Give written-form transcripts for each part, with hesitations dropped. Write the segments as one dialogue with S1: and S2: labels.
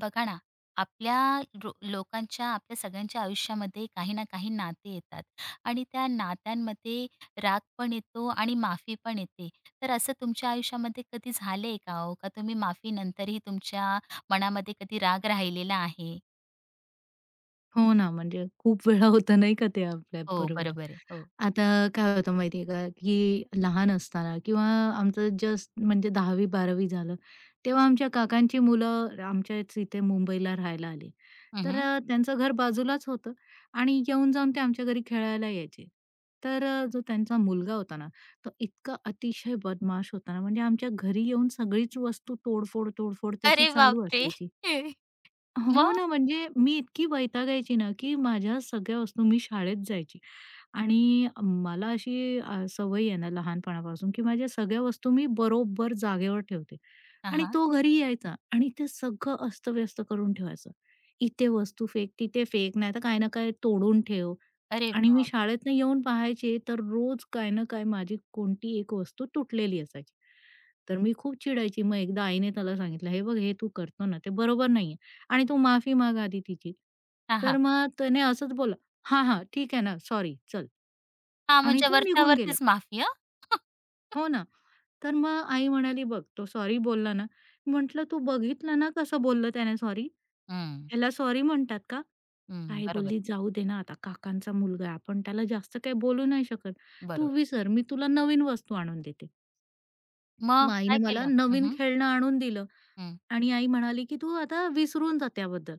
S1: बघा ना, आपल्या आपल्या सगळ्यांच्या आयुष्यामध्ये काही ना काही नाते येतात आणि त्या नात्यांमध्ये राग पण येतो आणि माफी पण येते. तर असं तुमच्या आयुष्यामध्ये कधी झालंय का हो? का तुम्ही माफीनंतरही तुमच्या मनामध्ये कधी राग राहिलेला आहे?
S2: हो ना, म्हणजे खूप वेळा होतं नाही का ते
S1: हो,
S2: आपल्याबरोबर.
S1: बरोबर आहे. हो.
S2: आता काय होतं माहितीये का, की लहान असताना किंवा आमचं जस्ट म्हणजे 10वी-12वी झालं, तेव्हा आमच्या काकांची मुलं आमच्याच इथे मुंबईला राहायला आली. तर
S1: हं.
S2: त्यांचं घर बाजूलाच होतं आणि येऊन-जाऊन ते आमच्या घरी खेळायला यायचे. तर जो त्यांचा मुलगा होता ना, तो इतका अतिशय बदमाश होता ना, म्हणजे आमच्या घरी येऊन सगळीच वस्तू तोडफोड, तोडफोड त्याची
S1: अरे
S2: चालू
S1: बापरे!
S2: असायची. हो
S1: मग?
S2: ना, म्हणजे मी इतकी वैतागायची ना, की माझ्या सगळ्या वस्तू मी शाळेत जायची आणि मला अशी सवय आहे ना लहानपणापासून, की माझ्या सगळ्या वस्तू मी बरोबर जागेवर ठेवते आणि
S1: हां.
S2: तो घरी यायचा आणि ते सगळं अस्तव्यस्त करून ठेवायचं. इथे वस्तू फेक, तिथे फेक, नाहीतर काय ना काय तोडून ठेव.
S1: अरे
S2: आणि मी
S1: बाप!
S2: शाळेतनं येऊन पाहायचे, तर रोज काय ना काय माझी कोणती एक वस्तू तुटलेली असायची. तर मी खूप चिडायची. मग एकदा आईने त्याला सांगितलं, "हे बघ, हे तू करतो ना, ते बरोबर नाहीये आणि तू माफी माग आधी तिची."
S1: हां, हां.
S2: तर मग त्याने असंच बोला हा हां, ठीक आहे ना, सॉरी, चल."
S1: हां,
S2: आणि
S1: म्हणजे
S2: तो निघून गेला.
S1: वरच्यावरतीच माफी हं.
S2: हो ना. तर मग आई म्हणाली, "बघ, तो सॉरी बोलला ना." म्हटलं, "तू बघितलं ना, कसं बोललं त्याने सॉरी?
S1: हं,
S2: ह्याला सॉरी म्हणतात का?"
S1: हं.
S2: आई
S1: बरोबर,
S2: बोलली, "जाऊ दे ना, आता काकांचा मुलगा आहे, आपण त्याला जास्त काही बोलू नाही शकत. तू
S1: बरोबर.
S2: विसर, मी तुला नवीन वस्तू आणून देते."
S1: मग
S2: मग आईने
S1: काय
S2: मला
S1: केलं? हं,
S2: नवीन
S1: हं.
S2: खेळणं आणून दिलं आणि आई म्हणाली, की "तू आता विसरून जा त्याबद्दल."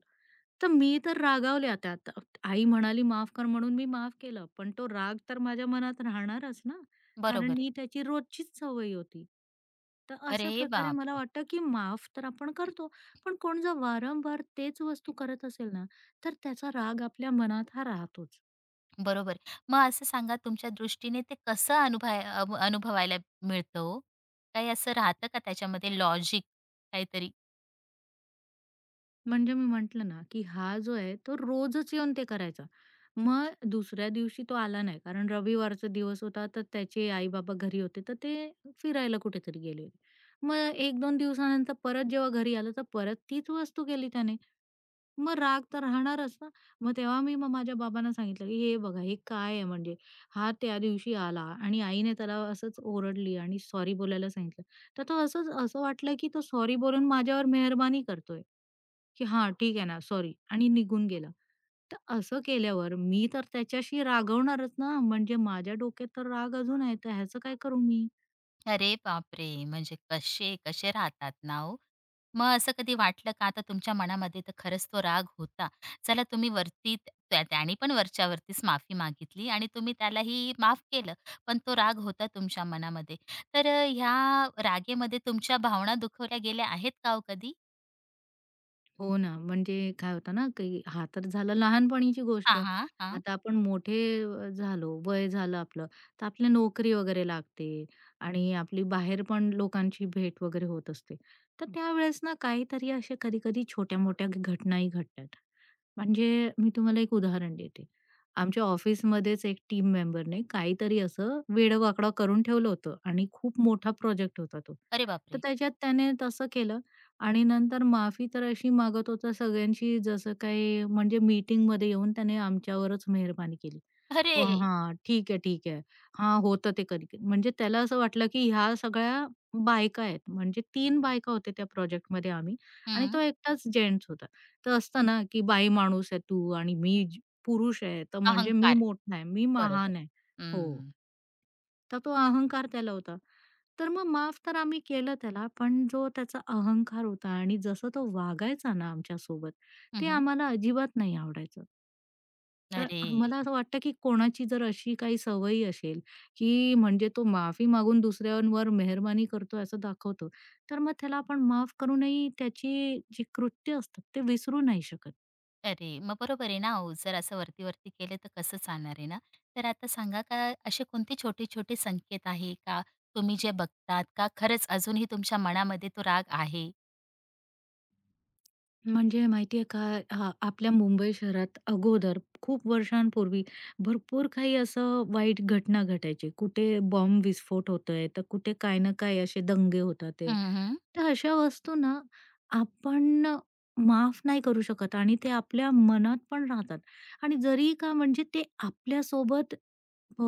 S2: तर मी तर रागावले आता. आई म्हणाली, "माफ कर," म्हणून मी माफ केलं. पण तो राग तर माझ्या मनात राहणारच ना,
S1: बरोबर
S2: कारण
S1: आहे.
S2: ही त्याची रोजचीच सवय होती. तर
S1: अरे
S2: अशा प्रकारे मला
S1: बापरे!
S2: वाटतं, की माफ तर आपण करतो, पण कोण जर वारंवार तेच वस्तू करत असेल ना, तर त्याचा राग आपल्या मनात हा राहतोच.
S1: बरोबर. मग असं सांगा तुमच्या दृष्टीने ते कसं अनुभवायला मिळतं ओ? काही असं राहतं का त्याच्यामध्ये लॉजिक काहीतरी?
S2: म्हणजे मी म्हटलं ना, की हा जो आहे तो रोजच येऊन ते करायचा. मग दुसऱ्या दिवशी तो आला नाही कारण रविवारचा दिवस होता, तर त्याचे आई-बाबा घरी होते, तर ते फिरायला कुठेतरी गेले होते. मग 1-2 दिवसानंतर परत जेव्हा घरी आलं, तर परत तीच वस्तू केली त्याने. मग राग तर राहणारच ना. मग तेव्हा मी माझ्या बाबांना सांगितलं, की "हे बघा हे काय आहे म्हणजे? हा त्या दिवशी आला आणि आईने त्याला असंच ओरडली आणि सॉरी बोलायला सांगितलं. तर तो असंच असं वाटलं, की तो सॉरी बोलून माझ्यावर मेहरबानी करतोय, की हां, ठीक आहे ना, सॉरी." आणि निघून गेला. तर असं केल्यावर मी तर त्याच्याशी रागवणारच ना. म्हणजे माझ्या डोक्यात तर राग अजून आहे. तर ह्याचं काय करू मी?
S1: अरे बापरे! म्हणजे कसे कसे राहतात ना ओ? मग असं कधी वाटलं का आता तुमच्या मनामध्ये तर खरंच तो राग होता. चला तुम्ही वरती त्याने पण वरच्यावरतीच माफी मागितली आणि तुम्ही त्यालाही माफ केलं. पण तो राग होता तुमच्या मनामध्ये. तर ह्या रागेमध्ये तुमच्या भावना दुखवल्या गेल्या आहेत का हो कधी?
S2: हो ना, म्हणजे काय होतं ना, की हा तर झाला लहानपणीची
S1: हां,
S2: गोष्ट.
S1: हां, हां.
S2: आता आपण मोठे झालो, वय झालं आपलं, तर आपल्या नोकरी वगैरे लागते आणि आपली बाहेर पण लोकांची भेट वगैरे होत असते. तर हं. त्यावेळेस ना काहीतरी अशा कधी-कधी छोट्या-मोठ्या घटनाही घडतात. म्हणजे मी तुम्हाला एक उदाहरण देते. आमच्या ऑफिसमध्येच एक टीम मेंबरने काहीतरी असं वेडं करून ठेवलं होतं आणि खूप मोठा प्रोजेक्ट होता तो.
S1: अरे
S2: तर
S1: बापरे!
S2: त्याच्यात त्याने तसं केलं आणि नंतर माफी तर अशी मागत होता सगळ्यांची जसं काही म्हणजे मीटिंगमध्ये येऊन त्याने आमच्यावरच मेहरबानी केली. "ओ
S1: अरे!
S2: हां, ठीक आहे, ठीक आहे. हां, होतं ते कधी-कधी." म्हणजे त्याला असं वाटलं की ह्या सगळ्या बायका आहेत. म्हणजे 3 बायका होत्या त्या प्रोजेक्टमध्ये आम्ही आणि
S1: हं.
S2: तो एकटाच जेंट्स होता. तर असतं ना की "बाई माणूस आहे तू आणि मी ज पुरुष आहे, तर म्हणजे मी
S1: अहंकार.
S2: मोठा आहे, मी
S1: बरोबर.
S2: महान आहे." हो.
S1: हं.
S2: तर तो अहंकार त्याला होता. तर मग माफ तर आम्ही केलं त्याला, पण जो त्याचा अहंकार होता आणि जसं तो वागायचा ना आमच्या सोबत,
S1: हं,
S2: ते
S1: हं.
S2: आम्हाला अजिबात नाही आवडायचं. तर
S1: अरे!
S2: मला असं वाटतं, की कोणाची जर अशी काही सवयी असेल, की म्हणजे तो माफी मागून दुसऱ्यांवर मेहरबानी करतो असं दाखवतो, तर मग त्याला आपण माफ करूनही त्याची जी कृत्य असतात ते विसरू नाही शकत.
S1: अरे! मग बरोबर आहे ना ओ, जर असं वरती-वरती केलं तर कसं चालणार आहे ना? तर आता सांगा का असे कोणते छोटे-छोटे संकेत आहे का? तुम्ही जे बघतात का खरंच अजूनही तुमच्या मनामध्ये तो राग आहे?
S2: म्हणजे माहिती आहे का, हां, आपल्या मुंबई शहरात अगोदर खूप वर्षांपूर्वी भरपूर काही असं वाईट घटना घटायची. कुठे बॉम्ब विस्फोट होतोय, तर कुठे काय ना काय असे दंगे होतात आहे.
S1: हं, हं.
S2: तर अशा वस्तू ना आपण माफ नाही करू शकत आणि ते आपल्या मनात पण राहतात आणि जरी का म्हणजे ते आपल्यासोबत अ,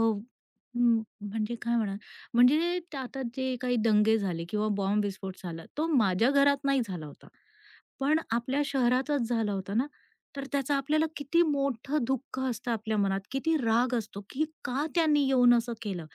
S2: म्हणजे काय म्हणा म्हणजे ते आता जे काही दंगे झाले किंवा बॉम्ब विस्फोट झाला तो माझ्या घरात नाही झाला होता. पण आपल्या शहरातच झाला होता ना, तर त्याचं आपल्याला किती मोठं दुःख असतं आपल्या मनात, किती राग असतो, की का त्यांनी येऊन असं केलं?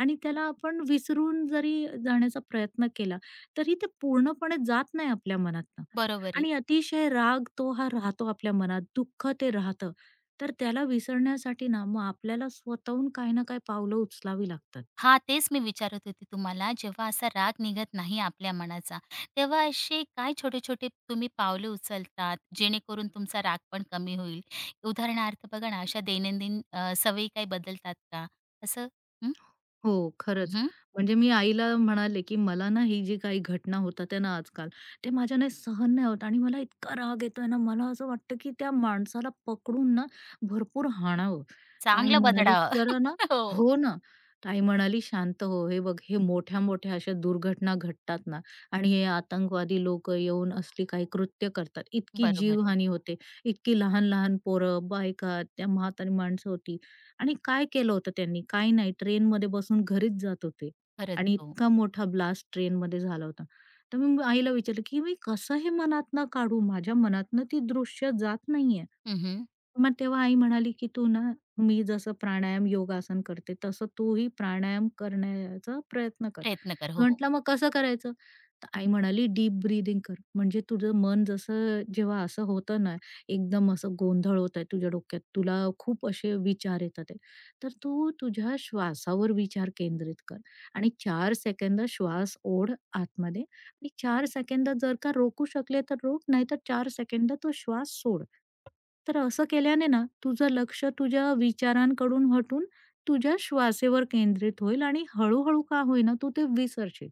S2: आणि त्याला आपण विसरून जरी जाण्याचा प्रयत्न केला, तरी ते पूर्णपणे जात नाही आपल्या मनातनं
S1: बरोबर आहे.
S2: आणि अतिशय राग तो हा राहतो आपल्या मनात, दुःख ते राहतं. तर त्याला विसरण्यासाठी ना, मग आपल्याला स्वतःहून काही ना काही पावलं उचलावी लागतात.
S1: हा, तेच मी विचारत होती तुम्हाला. जेव्हा असा राग निघत नाही आपल्या मनाचा, तेव्हा असे काय छोटे-छोटे तुम्ही पावले उचलतात, जेणेकरून तुमचा राग पण कमी होईल? उदाहरणार्थ बघा ना, अशा दैनंदिन सवयी काही बदलतात का? असं हं,
S2: हो, खरंच.
S1: हं.
S2: म्हणजे मी आईला म्हणाले, की "मला ना ही जी काही घटना होतात आहे ना आजकाल, ते माझ्याने सहन नाही होत आणि मला इतका राग येतोय ना, मला असं वाटतं, की त्या माणसाला पकडून ना भरपूर हाणावं." तर आई
S1: चांगलं
S2: म्हणाली,
S1: बदलावं.
S2: "जरा ना."
S1: हो,
S2: हो ना. तर आई म्हणाली, "शांत हो. हे बघ, हे मोठ्या-मोठ्या अशा दुर्घटना घडतात ना आणि हे आतंकवादी लोकं येऊन असली काही कृत्य करतात. इतकी
S1: बरोबर आहे.
S2: जीवहानी होते. इतकी लहान-लहान पोरं, बायका, त्या म्हातारी माणसं होती. आणि काय केलं होतं त्यांनी? काय नाही, ट्रेनमध्ये बसून घरीच जात होते
S1: खरंच
S2: आणि
S1: हो.
S2: इतका मोठा ब्लास्ट ट्रेनमध्ये झाला होता. तर मी आईला विचारलं, की "मी कसं हे मनातनं काढू? माझ्या मनातनं ती दृश्य जात नाहीये."
S1: हं,
S2: मग तेव्हा आई म्हणाली, की "तू ना, मी जसं प्राणायाम, योगासन करते तसं तूही प्राणायाम करण्याचा प्रयत्न कर."
S1: प्रयत्न कर. हो, हो.
S2: म्हटलं, "मग कसं करायचं?" तर आई म्हणाली, "डीप ब्रीथिंग कर. म्हणजे तुझं मन जसं जेव्हा असं होतं ना, एकदम असं गोंधळ होत आहे तुझ्या डोक्यात, तुला खूप असे विचार येतात आहे, तर तू तुझ्या श्वासावर विचार केंद्रित कर आणि 4 सेकंद श्वास ओढ आतमध्ये आणि 4 सेकंद जर का रोकू शकले तर रोक, नाहीतर 4 सेकंद तो श्वास सोड." तर असं केल्याने ना, तुझं लक्ष तुझ्या विचारांकडून हटून तुझ्या श्वासेवर केंद्रित होईल आणि हळू-हळू का होईना तू ते विसरशील.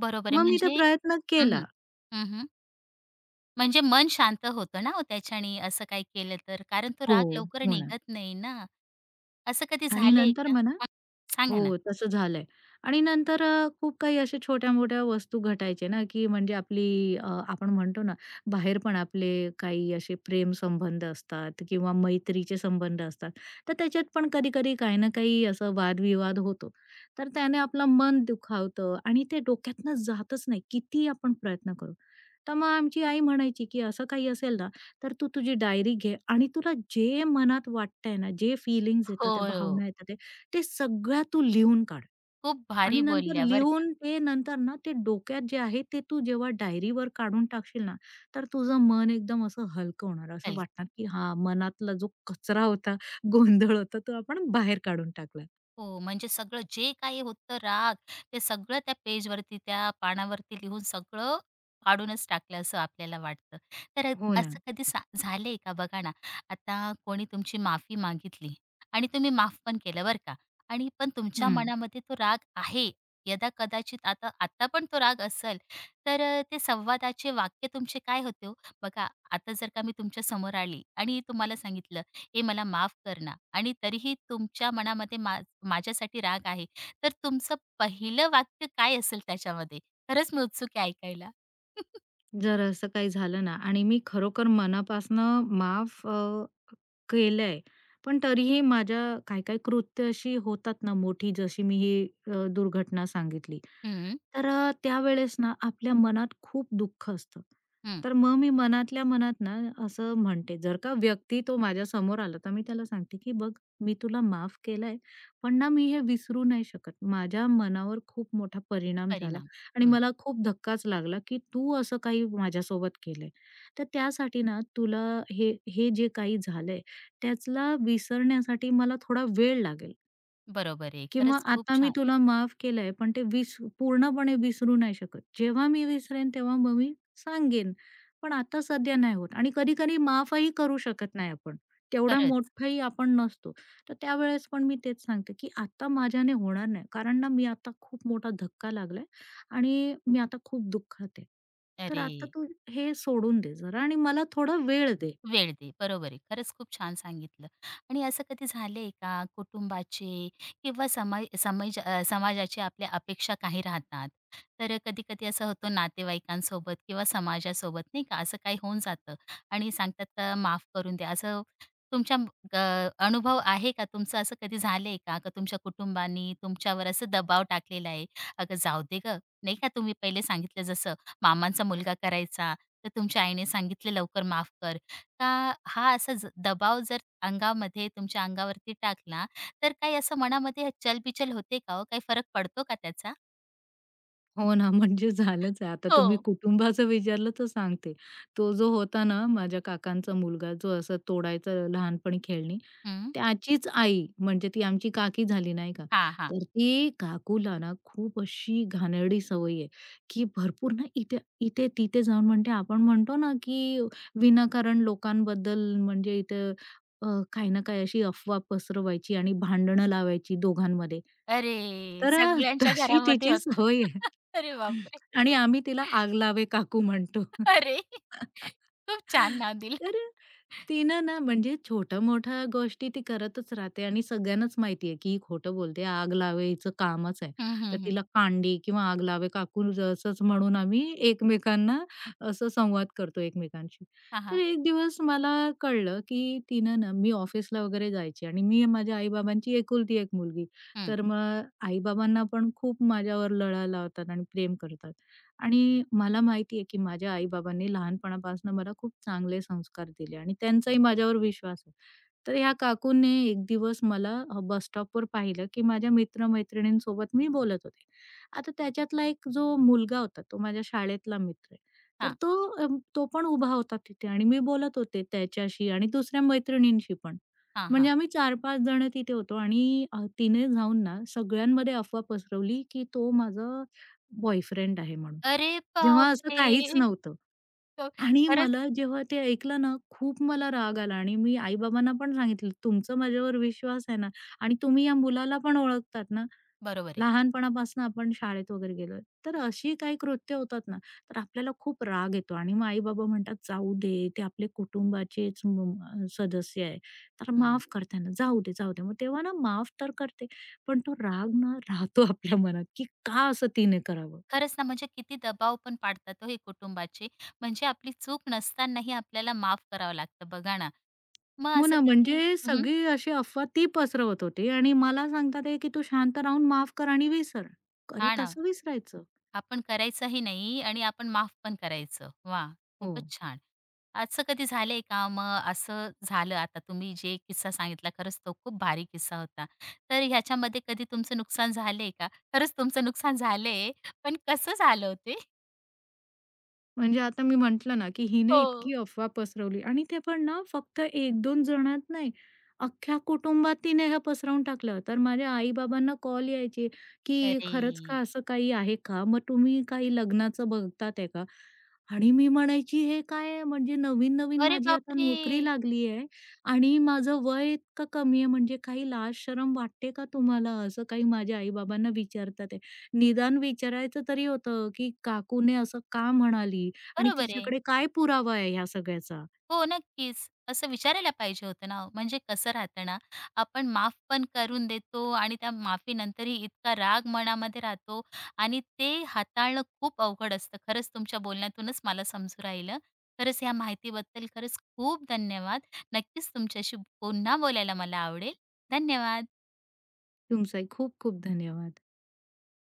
S1: बरोबर आहे.
S2: मग मी ते
S1: म्हणजे
S2: प्रयत्न
S1: हं,
S2: केला.
S1: हं. म्हणजे मन शांत होतं ना हो त्याच्याने असं काही केलं तर, कारण तो
S2: हो,
S1: राग लवकर
S2: हो ना.
S1: निघत नाही ना. असं कधी
S2: आणि
S1: झालंय
S2: नंतर
S1: का?
S2: म्हणा.
S1: मग सांगा ना?
S2: हो, तसं झालंय. आणि नंतर खूप काही अशा छोट्या-मोठ्या वस्तू घटायचे ना, की म्हणजे आपली आपण म्हणतो ना, बाहेर पण आपले काही असे प्रेम संबंध असतात किंवा मैत्रीचे संबंध असतात. तर त्याच्यात पण कधी-कधी काही ना काही असं वादविवाद होतो. तर त्याने आपलं मन दुखावतं आणि ते डोक्यातनं जातच नाही. कितीही आपण प्रयत्न करू. तर मग आमची आई म्हणायची, की "असं काही असेल ना, तर तू तुझी डायरी घे आणि तुला जे मनात वाटतंय ना, जे फीलिंग्ज
S1: हो,
S2: येतात, त्या
S1: हो.
S2: भावना येतात आहे, ते सगळ्या तू लिहून काढ.
S1: खूप
S2: आणि
S1: भारी
S2: नंतर
S1: बोलल्या बरं का.
S2: लिहून ते नंतर ना, ते डोक्यात जे आहे, ते तू जेव्हा डायरीवर काढून टाकशील ना, तर तुझं मन एकदम असं हलकं होणार. असं
S1: कल
S2: वाटणार, की हां, मनातला जो कचरा होता, गोंधळ होता, तो आपण बाहेर काढून टाकला."
S1: हो, म्हणजे सगळं जे काही होतं राग, ते सगळं त्या पेजवरती, त्या पानावरती लिहून सगळं काढूनच टाकलं असं आपल्याला वाटतं. तर
S2: हो ना.
S1: असं कधी झालंय का? बघा ना, आता कोणी तुमची माफी मागितली आणि तुम्ही माफ पण केलं बरं का आणि पण तुमच्या
S2: हं.
S1: मनामध्ये तो राग आहे. यदा-कदाचित आता आता पण तो राग असेल, तर ते संवादाचे वाक्य तुमचे काय होते हो? बघा, आता जर का मी तुमच्या समोर आली आणि तुम्हाला सांगितलं, हे मला माफ कर ना आणि तरीही तुमच्या मनामध्ये माझ्यासाठी राग आहे. तर तुमचं पहिलं वाक्य काय असेल त्याच्यामध्ये? खरंच मी उत्सुक आहे ऐकायला.
S2: जर असं काही झालं ना आणि मी खरोखर मनापासनं माफ केलंय. पण तरीही माझ्या काही-काही कृत्य अशी होतात ना मोठी, जशी मी ही दुर्घटना सांगितली.
S1: हं,
S2: तर त्यावेळेस ना आपल्या मनात खूप दुःख असतं.
S1: हं.
S2: तर मग मी मनातल्या मनात ना असं म्हणते, जर का व्यक्ती तो माझ्या समोर आला तर मी त्याला सांगते, की "बघ, मी तुला माफ केलंय, पण ना मी हे विसरू नाही शकत. माझ्या मनावर खूप मोठा परिणाम झाला
S1: परिणाम.
S2: आणि
S1: हं.
S2: मला खूप धक्काच लागला, की तू असं काही माझ्यासोबत केलंय. तर त्यासाठी ना तुला हे हे जे काही झालंय त्याला विसरण्यासाठी मला थोडा वेळ लागेल
S1: बरोबर आहे.
S2: किंवा
S1: खरंच खूप
S2: आता मी
S1: छान.
S2: तुला माफ केलंय, पण ते पूर्णपणे विसरू नाही शकत. जेव्हा मी विसरेन तेव्हा मग मी सांगेन, पण आता सध्या नाही होत आणि कधी-कधी माफही करू शकत नाही आपण. तेवढा
S1: खरंच.
S2: मोठाही आपण नसतो. तर त्यावेळेस पण मी तेच सांगते, की आता माझ्याने होणार नाही. कारण ना मी आता खूप मोठा धक्का लागलाय आणि मी आता खूप दुःखात आहे. तर
S1: अरे!
S2: आता तू हे सोडून दे जरा आणि मला थोडा वेळ दे.
S1: वेळ दे. बरोबर आहे. खरंच खूप छान सांगितलं. आणि असं कधी झालंय का कुटुंबाचे किंवा समाजाची आपल्या अपेक्षा काही राहतात. तर कधी-कधी असं होतं नातेवाईकांसोबत किंवा समाजासोबत नाही का, असं काही होऊन जातं आणि सांगतात का माफ करून द्या. असं तुमच्या अनुभव आहे का? तुमचं असं कधी झालंय का? का तुमच्या कुटुंबानी तुमच्यावर असं दबाव टाकलेला आहे? "अगं जाऊ दे गं." नाही का तुम्ही पहिले सांगितलं जसं मामांचा मुलगा करायचा, तर तुमच्या आईने सांगितलं लवकर माफ कर. का हा असा दबाव जर तुमच्या अंगावरती टाकला, तर काही असं मनामध्ये चलबिचल होते का हो? काही फरक पडतो का त्याचा?
S2: हो ना, म्हणजे झालंच आहे. आता
S1: हो.
S2: तुम्ही कुटुंबाचं विचारलं तर सांगते. तो जो होता ना, माझ्या काकांचा मुलगा जो असं तोडायचा लहानपणी खेळणी,
S1: हं.
S2: त्याचीच आई म्हणजे ती आमची काकी झाली नाही का,
S1: हां, हां.
S2: तर ती काकूला ना खूप अशी घाणेरडी सवय आहे, की भरपूर ना इथे-तिथे जाऊन म्हणते, आपण म्हणतो ना, की विनाकारण लोकांबद्दल म्हणजे इथे अ, काही ना काही अशी अफवा पसरवायची आणि भांडणं लावायची दोघांमध्ये.
S1: अरे!
S2: तर
S1: सगळ्यांच्या
S2: तशी
S1: घरामध्ये
S2: तिची
S1: होतं.
S2: सवय आहे.
S1: अरे बापरे!
S2: आणि आम्ही तिला आगलावे काकू म्हणतो.
S1: अरे! खूप छान नाव दिलं.
S2: तर तिनं ना म्हणजे छोट्या-मोठ्या गोष्टी ती करतच राहते आणि सगळ्यांनाच माहिती आहे, की ही खोटं बोलते. आग लावे हिचं कामच आहे.
S1: हं,
S2: तर
S1: हं, हं.
S2: तिला कांडी किंवा आग लावे काकू असंच म्हणून आम्ही एकमेकांना असं संवाद करतो एकमेकांशी.
S1: हां,
S2: तर
S1: हां.
S2: एक दिवस मला कळलं, की तिनं ना, मी ऑफिसला वगैरे जायची आणि मी माझ्या आई एकुलती एक मुलगी.
S1: हं.
S2: तर मग आई-बाबांना पण खूप माझ्यावर लळा लावतात आणि प्रेम करतात. आणि मला माहिती आहे, की माझ्या आई-बाबांनी लहानपणापासून मला खूप चांगले संस्कार दिले आणि त्यांचाही माझ्यावर विश्वास आहे. तर ह्या काकूंनी एक दिवस मला बस स्टॉपवर पाहिलं, की माझ्या मित्र-मैत्रिणींसोबत मी बोलत होते. आता त्याच्यातला एक जो मुलगा होता, तो माझ्या शाळेतला मित्र आहे. तर
S1: हां,
S2: अ, तो पण उभा होता तिथे आणि मी बोलत होते त्याच्याशी आणि दुसऱ्या मैत्रिणींशी पण.
S1: हां, हां.
S2: म्हणजे आम्ही 4-5 जण तिथे होतो आणि तिने जाऊन ना सगळ्यांमध्ये अफवा पसरवली, की तो माझा बॉयफ्रेंड आहे म्हणून.
S1: अरे
S2: जेव्हा असं
S1: बापरे!
S2: काहीच नव्हतं.
S1: ख
S2: आणि
S1: खरंच
S2: मला जेव्हा ते ऐकलं ना, खूप मला राग आला आणि मी आई-बाबांना पण सांगितलं, "तुमचा माझ्यावर विश्वास आहे ना आणि तुम्ही या मुलाला पण ओळखतात ना,
S1: बरोबर आहे.
S2: लहानपणापासून आपण शाळेत वगैरे गेलोय. तर अशी काही कृत्य होतात ना, तर आपल्याला खूप राग येतो." आणि मग आई-बाबा म्हणतात, "जाऊ दे, ते आपले कुटुंबाचेच सदस्य आहे, तर
S1: हं.
S2: माफ कर, जाऊ दे, जाऊ दे." मग तेव्हा ना माफ तर करते, पण तो राग ना राहतो आपल्या मनात, की का असं तिने करावं?
S1: खरंच ना, म्हणजे किती दबाव पण पाडतात हो हे कुटुंबाचे. म्हणजे आपली चूक नसतानाही आपल्याला माफ करावं लागतं बघा ना. मग
S2: हो
S1: असं
S2: ना,
S1: कधी
S2: म्हणजे
S1: हं,
S2: सगळी अशी अफवा ती पसरवत होती आणि मला सांगतात आहे, की "तू शांत राहून माफ कर आणि विसर." अरे,
S1: हां ना.
S2: कसं विसरायचं?
S1: आपण करायचंही नाही आणि आपण माफ पण करायचं. वा,
S2: हो.
S1: खूपच छान. असं कधी झालंय का? मग असं झालं आता तुम्ही जे किस्सा सांगितला खरंच तो खूप भारी किस्सा होता. तर ह्याच्यामध्ये कधी तुमचं नुकसान झालंय का? खरंच तुमचं नुकसान झालंय, पण कसं झालं हो
S2: म्हणजे आता मी म्हटलं ना, की हिने
S1: हो.
S2: इतकी अफवा पसरवली आणि ते पण ना फक्त एक 2 जणात नाही, अख्ख्या कुटुंबात तिने हे पसरवून टाकलं. तर माझ्या आई-बाबांना कॉल यायचे, की
S1: अरे!
S2: "खरंच का असं काही आहे का? मग तुम्ही काही लग्नाचं बघतात आहे का?" आणि मी म्हणायची, "हे काय आहे? म्हणजे नवीन-नवीन
S1: अरे
S2: माझी आता
S1: बापरे!
S2: नोकरी लागली आहे आणि माझं वय इतकं कमी आहे, म्हणजे काही लाज शरम वाटते का तुम्हाला?" असं काही माझ्या आई-बाबांना विचारतात आहे. निदान विचारायचं तरी होतं, की "काकूने असं का म्हणाली?" आणि
S1: बरोबर आहे.
S2: तिच्याकडे काय पुरावा आहे ह्या सगळ्याचा?
S1: हो, नक्कीच. असं विचारायला पाहिजे होतं ना ओ. म्हणजे कसं राहतं ना, आपण माफ पण करून देतो आणि त्या माफीनंतरही इतका राग मनामध्ये राहतो आणि ते हाताळणं खूप अवघड असतं. खरंच तुमच्या बोलण्यातूनच मला समजू राहिलं. खरंच या माहितीबद्दल खरंच खूप धन्यवाद. नक्कीच तुमच्याशी पुन्हा बोलायला मला आवडेल. धन्यवाद.
S2: तुमचाही खूप खूप धन्यवाद.